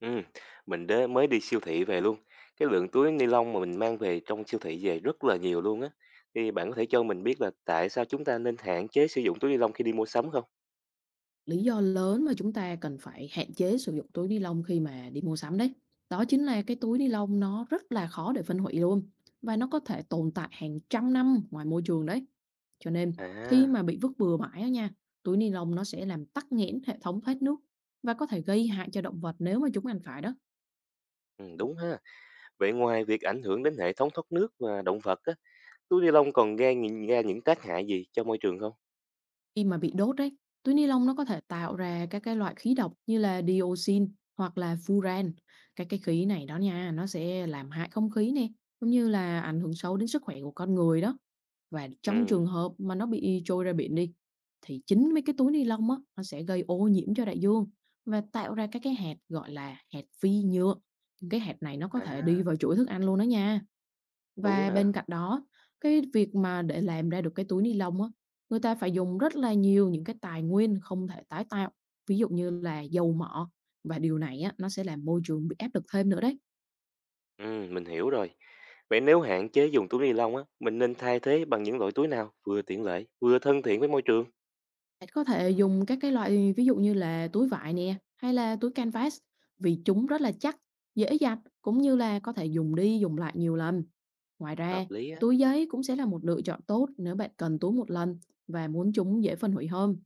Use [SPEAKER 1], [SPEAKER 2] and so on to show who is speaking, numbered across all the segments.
[SPEAKER 1] Ừ, mình đế mới đi siêu thị về luôn. Cái lượng túi ni lông mà mình mang về trong siêu thị về rất là nhiều luôn á. Thì bạn có thể cho mình biết là tại sao chúng ta nên hạn chế sử dụng túi ni lông khi đi mua sắm không?
[SPEAKER 2] Lý do lớn mà chúng ta cần phải hạn chế sử dụng túi ni lông khi mà đi mua sắm đấy. Đó chính là cái túi ni lông nó rất là khó để phân hủy luôn và nó có thể tồn tại hàng trăm năm ngoài môi trường đấy. Cho nên khi
[SPEAKER 1] À,
[SPEAKER 2] mà bị vứt bừa bãi á nha, túi ni lông nó sẽ làm tắc nghẽn hệ thống thoát nước và có thể gây hại cho động vật nếu mà chúng ăn phải đó.
[SPEAKER 1] ừ, đúng ha. Vậy ngoài việc ảnh hưởng đến hệ thống thoát nước và động vật á, túi ni lông còn gây nhìn ra những tác hại gì cho môi trường không?
[SPEAKER 2] Khi mà bị đốt ấy, túi ni lông nó có thể tạo ra các cái loại khí độc như là dioxin hoặc là furan. Các cái khí này đó nha, nó sẽ làm hại không khí nè, cũng như là ảnh hưởng xấu đến sức khỏe của con người đó. Và trong
[SPEAKER 1] Ừ,
[SPEAKER 2] trường hợp mà nó bị trôi ra biển đi, thì chính mấy cái túi ni lông á, nó sẽ gây ô nhiễm cho đại dương và tạo ra các cái hạt gọi là hạt phi nhựa. Những cái hạt này nó có thể đi
[SPEAKER 1] à,
[SPEAKER 2] vào chuỗi thức ăn luôn đó nha.
[SPEAKER 1] đúng
[SPEAKER 2] Và
[SPEAKER 1] nè.
[SPEAKER 2] bên cạnh đó, cái việc mà để làm ra được cái túi ni lông á, người ta phải dùng rất là nhiều những cái tài nguyên không thể tái tạo, ví dụ như là dầu mỏ và điều này á, nó sẽ làm môi trường bị áp lực thêm nữa đấy.
[SPEAKER 1] Ừ, mình hiểu rồi. Vậy nếu hạn chế dùng túi ni lông á, mình nên thay thế bằng những loại túi nào vừa tiện lợi, vừa thân thiện với môi trường?
[SPEAKER 2] Bạn có thể dùng các cái loại ví dụ như là túi vải nè, hay là túi canvas vì chúng rất là chắc, dễ giặt cũng như là có thể dùng đi dùng lại nhiều lần. Ngoài
[SPEAKER 1] Hợp
[SPEAKER 2] ra,
[SPEAKER 1] lý á,
[SPEAKER 2] túi giấy cũng sẽ là một lựa chọn tốt nếu bạn cần túi một lần và muốn chúng dễ phân hủy hơn.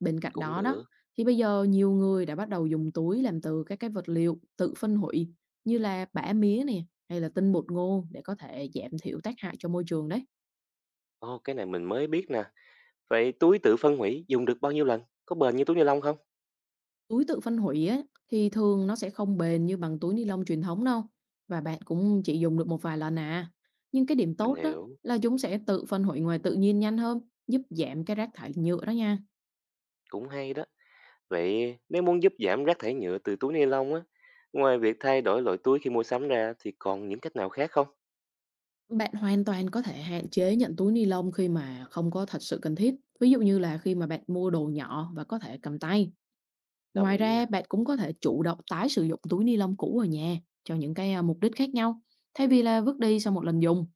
[SPEAKER 2] Bên cạnh
[SPEAKER 1] cũng
[SPEAKER 2] đó đó,
[SPEAKER 1] được.
[SPEAKER 2] thì bây giờ nhiều người đã bắt đầu dùng túi làm từ các cái vật liệu tự phân hủy như là bã mía nè hay là tinh bột ngô để có thể giảm thiểu tác hại cho môi trường đấy.
[SPEAKER 1] Ồ, cái này mình mới biết nè. Vậy túi tự phân hủy dùng được bao nhiêu lần? Có bền như túi ni lông không?
[SPEAKER 2] Túi tự phân hủy á, thì thường nó sẽ không bền như bằng túi ni lông truyền thống đâu và bạn cũng chỉ dùng được một vài lần à. Nhưng cái điểm
[SPEAKER 1] Mình
[SPEAKER 2] tốt đó
[SPEAKER 1] hiểu,
[SPEAKER 2] là chúng sẽ tự phân hủy ngoài tự nhiên nhanh hơn, giúp giảm cái rác thải nhựa đó nha.
[SPEAKER 1] cũng hay đó. Vậy nếu muốn giúp giảm rác thải nhựa từ túi ni lông á, ngoài việc thay đổi loại túi khi mua sắm ra thì còn những cách nào khác không?
[SPEAKER 2] Bạn hoàn toàn có thể hạn chế nhận túi ni lông khi mà không có thật sự cần thiết. Ví dụ như là khi mà bạn mua đồ nhỏ và có thể cầm tay.
[SPEAKER 1] Đồng
[SPEAKER 2] Ngoài
[SPEAKER 1] ý
[SPEAKER 2] ra,
[SPEAKER 1] nha.
[SPEAKER 2] bạn cũng có thể chủ động tái sử dụng túi ni lông cũ ở nhà cho những cái mục đích khác nhau, thay vì là vứt đi sau một lần dùng.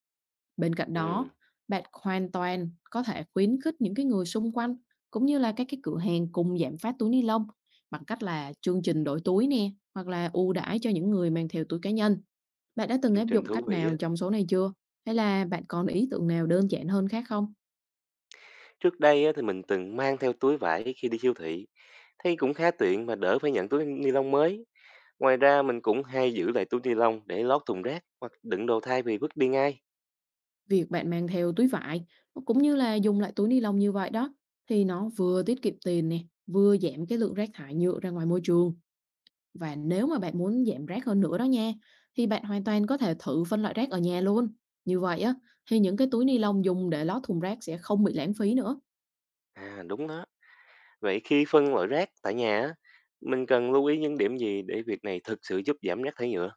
[SPEAKER 2] Bên cạnh đó,
[SPEAKER 1] Ừ,
[SPEAKER 2] bạn hoàn toàn có thể khuyến khích những cái người xung quanh cũng như là các cái cửa hàng cùng giảm phát túi ni lông bằng cách là chương trình đổi túi nè hoặc là ưu đãi cho những người mang theo túi cá nhân. Bạn đã từng
[SPEAKER 1] chương
[SPEAKER 2] áp
[SPEAKER 1] trình
[SPEAKER 2] dụng
[SPEAKER 1] thú
[SPEAKER 2] cách
[SPEAKER 1] vị
[SPEAKER 2] nào
[SPEAKER 1] á.
[SPEAKER 2] trong số này chưa? Hay là bạn còn ý tưởng nào đơn giản hơn khác không?
[SPEAKER 1] Trước đây á, thì mình từng mang theo túi vải khi đi siêu thị. Thấy cũng khá tiện mà đỡ phải nhận túi ni lông mới. Ngoài ra mình cũng hay giữ lại túi ni lông để lót thùng rác hoặc đựng đồ thay vì vứt đi ngay.
[SPEAKER 2] Việc bạn mang theo túi vải cũng như là dùng lại túi ni lông như vậy đó thì nó vừa tiết kiệm tiền nè, vừa giảm cái lượng rác thải nhựa ra ngoài môi trường. Và nếu mà bạn muốn giảm rác hơn nữa đó nha, thì bạn hoàn toàn có thể thử phân loại rác ở nhà luôn. Như vậy á, thì những cái túi ni lông dùng để lót thùng rác sẽ không bị lãng phí nữa.
[SPEAKER 1] À đúng đó. Vậy khi phân loại rác tại nhà á, mình cần lưu ý những điểm gì để việc này thực sự giúp giảm rác thải nhựa?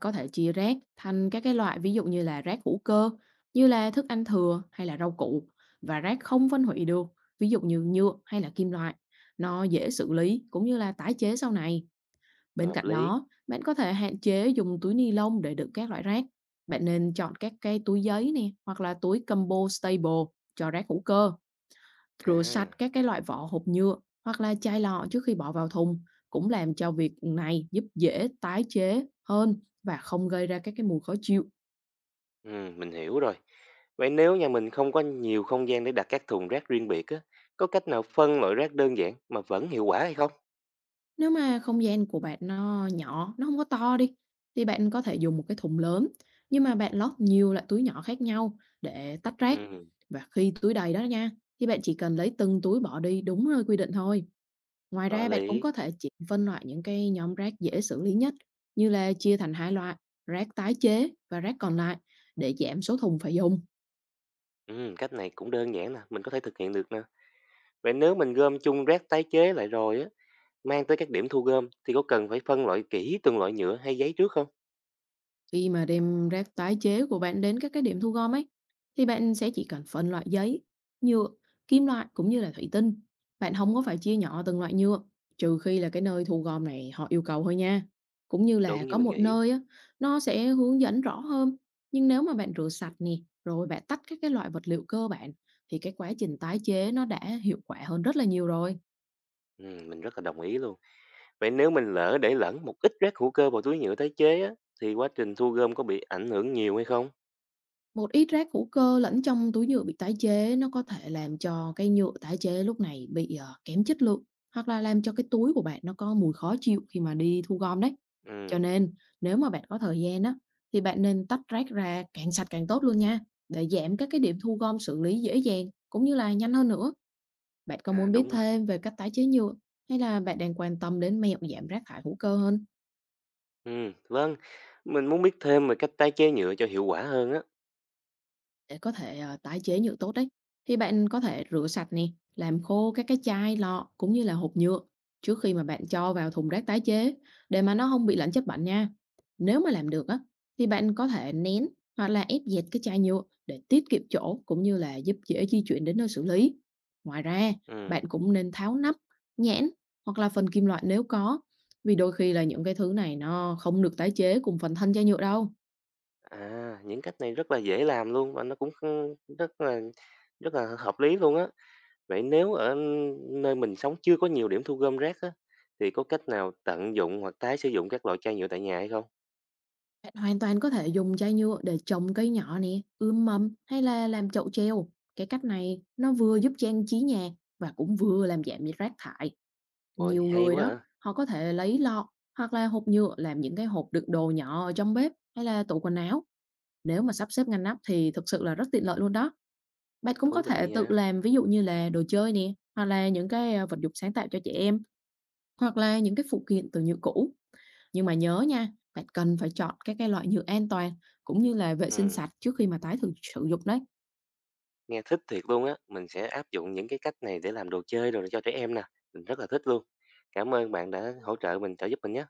[SPEAKER 2] Có thể chia rác thành các cái loại ví dụ như là rác hữu cơ, như là thức ăn thừa hay là rau củ và rác không phân hủy được, ví dụ như nhựa hay là kim loại. Nó dễ xử lý cũng như là tái chế sau này. Bên
[SPEAKER 1] Hợp
[SPEAKER 2] cạnh
[SPEAKER 1] lý.
[SPEAKER 2] đó, bạn có thể hạn chế dùng túi ni lông để đựng các loại rác. Bạn nên chọn các cái túi giấy nè hoặc là túi combo stable cho rác hữu cơ, rửa sạch
[SPEAKER 1] À,
[SPEAKER 2] các cái loại vỏ hộp nhựa hoặc là chai lọ trước khi bỏ vào thùng cũng làm cho việc này giúp dễ tái chế hơn và không gây ra các cái mùi khó chịu.
[SPEAKER 1] ừ, mình hiểu rồi. Vậy nếu nhà mình không có nhiều không gian để đặt các thùng rác riêng biệt á, có cách nào phân loại rác đơn giản mà vẫn hiệu quả hay không?
[SPEAKER 2] Nếu mà không gian của bạn nó nhỏ, nó không có to đi, thì bạn có thể dùng một cái thùng lớn, nhưng mà bạn lót nhiều loại túi nhỏ khác nhau để tách rác.
[SPEAKER 1] Ừ,
[SPEAKER 2] Và khi túi đầy đó nha, thì bạn chỉ cần lấy từng túi bỏ đi đúng nơi quy định thôi. Ngoài
[SPEAKER 1] có
[SPEAKER 2] ra, bạn cũng
[SPEAKER 1] lý.
[SPEAKER 2] có thể chỉ phân loại những cái nhóm rác dễ xử lý nhất, như là chia thành 2 loại, rác tái chế và rác còn lại để giảm số thùng phải dùng.
[SPEAKER 1] Ừ, cách này cũng đơn giản nè, mình có thể thực hiện được nè. Vậy nếu mình gom chung rác tái chế lại rồi á, mang tới các điểm thu gom thì có cần phải phân loại kỹ từng loại nhựa hay giấy trước không?
[SPEAKER 2] Khi mà đem rác tái chế của bạn đến các cái điểm thu gom ấy, thì bạn sẽ chỉ cần phân loại giấy, nhựa, kim loại cũng như là thủy tinh. Bạn không có phải chia nhỏ từng loại nhựa, trừ khi là cái nơi thu gom này họ yêu cầu thôi nha. Cũng như là
[SPEAKER 1] Đúng như
[SPEAKER 2] có
[SPEAKER 1] mình
[SPEAKER 2] một
[SPEAKER 1] nghĩ.
[SPEAKER 2] nơi á, nó sẽ hướng dẫn rõ hơn. Nhưng nếu mà bạn rửa sạch nè, rồi bạn tách các cái loại vật liệu cơ bản, thì cái quá trình tái chế nó đã hiệu quả hơn rất là nhiều rồi.
[SPEAKER 1] Ừ, mình rất là đồng ý luôn. Vậy nếu mình lỡ để lẫn một ít rác hữu cơ vào túi nhựa tái chế á, thì quá trình thu gom có bị ảnh hưởng nhiều hay không?
[SPEAKER 2] Một ít rác hữu cơ lẫn trong túi nhựa bị tái chế nó có thể làm cho cái nhựa tái chế lúc này bị kém chất lượng hoặc là làm cho cái túi của bạn nó có mùi khó chịu khi mà đi thu gom đấy. Cho
[SPEAKER 1] Ừ,
[SPEAKER 2] nên nếu mà bạn có thời gian á thì bạn nên tách rác ra càng sạch càng tốt luôn nha để giảm các cái điểm thu gom xử lý dễ dàng cũng như là nhanh hơn nữa. Bạn có
[SPEAKER 1] à
[SPEAKER 2] muốn biết
[SPEAKER 1] đúng rồi.
[SPEAKER 2] thêm về cách tái chế nhựa hay là bạn đang quan tâm đến mẹo giảm rác thải hữu cơ hơn?
[SPEAKER 1] Ừ, vâng. Mình muốn biết thêm về cách tái chế nhựa cho hiệu quả hơn á.
[SPEAKER 2] Để có thể tái chế nhựa tốt đấy, thì bạn có thể rửa sạch nè, làm khô các cái chai, lọ cũng như là hộp nhựa trước khi mà bạn cho vào thùng rác tái chế để mà nó không bị lẫn chất bẩn nha. Nếu mà làm được á, thì bạn có thể nén hoặc là ép dẹt cái chai nhựa để tiết kiệm chỗ cũng như là giúp dễ di chuyển đến nơi xử lý. Ngoài ra,
[SPEAKER 1] Ừ,
[SPEAKER 2] bạn cũng nên tháo nắp, nhãn hoặc là phần kim loại nếu có, vì đôi khi là những cái thứ này nó không được tái chế cùng phần thân chai nhựa đâu.
[SPEAKER 1] à những cách này rất là dễ làm luôn và nó cũng không- rất là hợp lý luôn á. Vậy nếu ở nơi mình sống chưa có nhiều điểm thu gom rác á, thì có cách nào tận dụng hoặc tái sử dụng các loại chai nhựa tại nhà hay không?
[SPEAKER 2] Bạn hoàn toàn có thể dùng chai nhựa để trồng cây nhỏ nè, ươm mầm hay là làm chậu treo. Cái cách này nó vừa giúp trang trí nhà và cũng vừa làm giảm rác thải.
[SPEAKER 1] Ôi,
[SPEAKER 2] Nhiều
[SPEAKER 1] hay
[SPEAKER 2] người
[SPEAKER 1] quá
[SPEAKER 2] đó,
[SPEAKER 1] hả?
[SPEAKER 2] họ có thể lấy lọ hoặc là hộp nhựa làm những cái hộp đựng đồ nhỏ ở trong bếp hay là tủ quần áo. Nếu mà sắp xếp ngăn nắp thì thực sự là rất tiện lợi luôn đó. Bạn cũng có
[SPEAKER 1] Thú
[SPEAKER 2] thể
[SPEAKER 1] vị
[SPEAKER 2] tự
[SPEAKER 1] nha.
[SPEAKER 2] làm ví dụ như là đồ chơi nè, hoặc là những cái vật dụng sáng tạo cho trẻ em. Hoặc là những cái phụ kiện từ nhựa cũ. Nhưng mà nhớ nha, bạn cần phải chọn các cái loại nhựa an toàn cũng như là vệ sinh
[SPEAKER 1] Ừ.
[SPEAKER 2] sạch trước khi mà tái thử sử dụng đấy.
[SPEAKER 1] Nghe thích thiệt luôn á, mình sẽ áp dụng những cái cách này để làm đồ chơi rồi cho trẻ em nè, mình rất là thích luôn. Cảm ơn bạn đã hỗ trợ mình, trợ giúp mình nhé.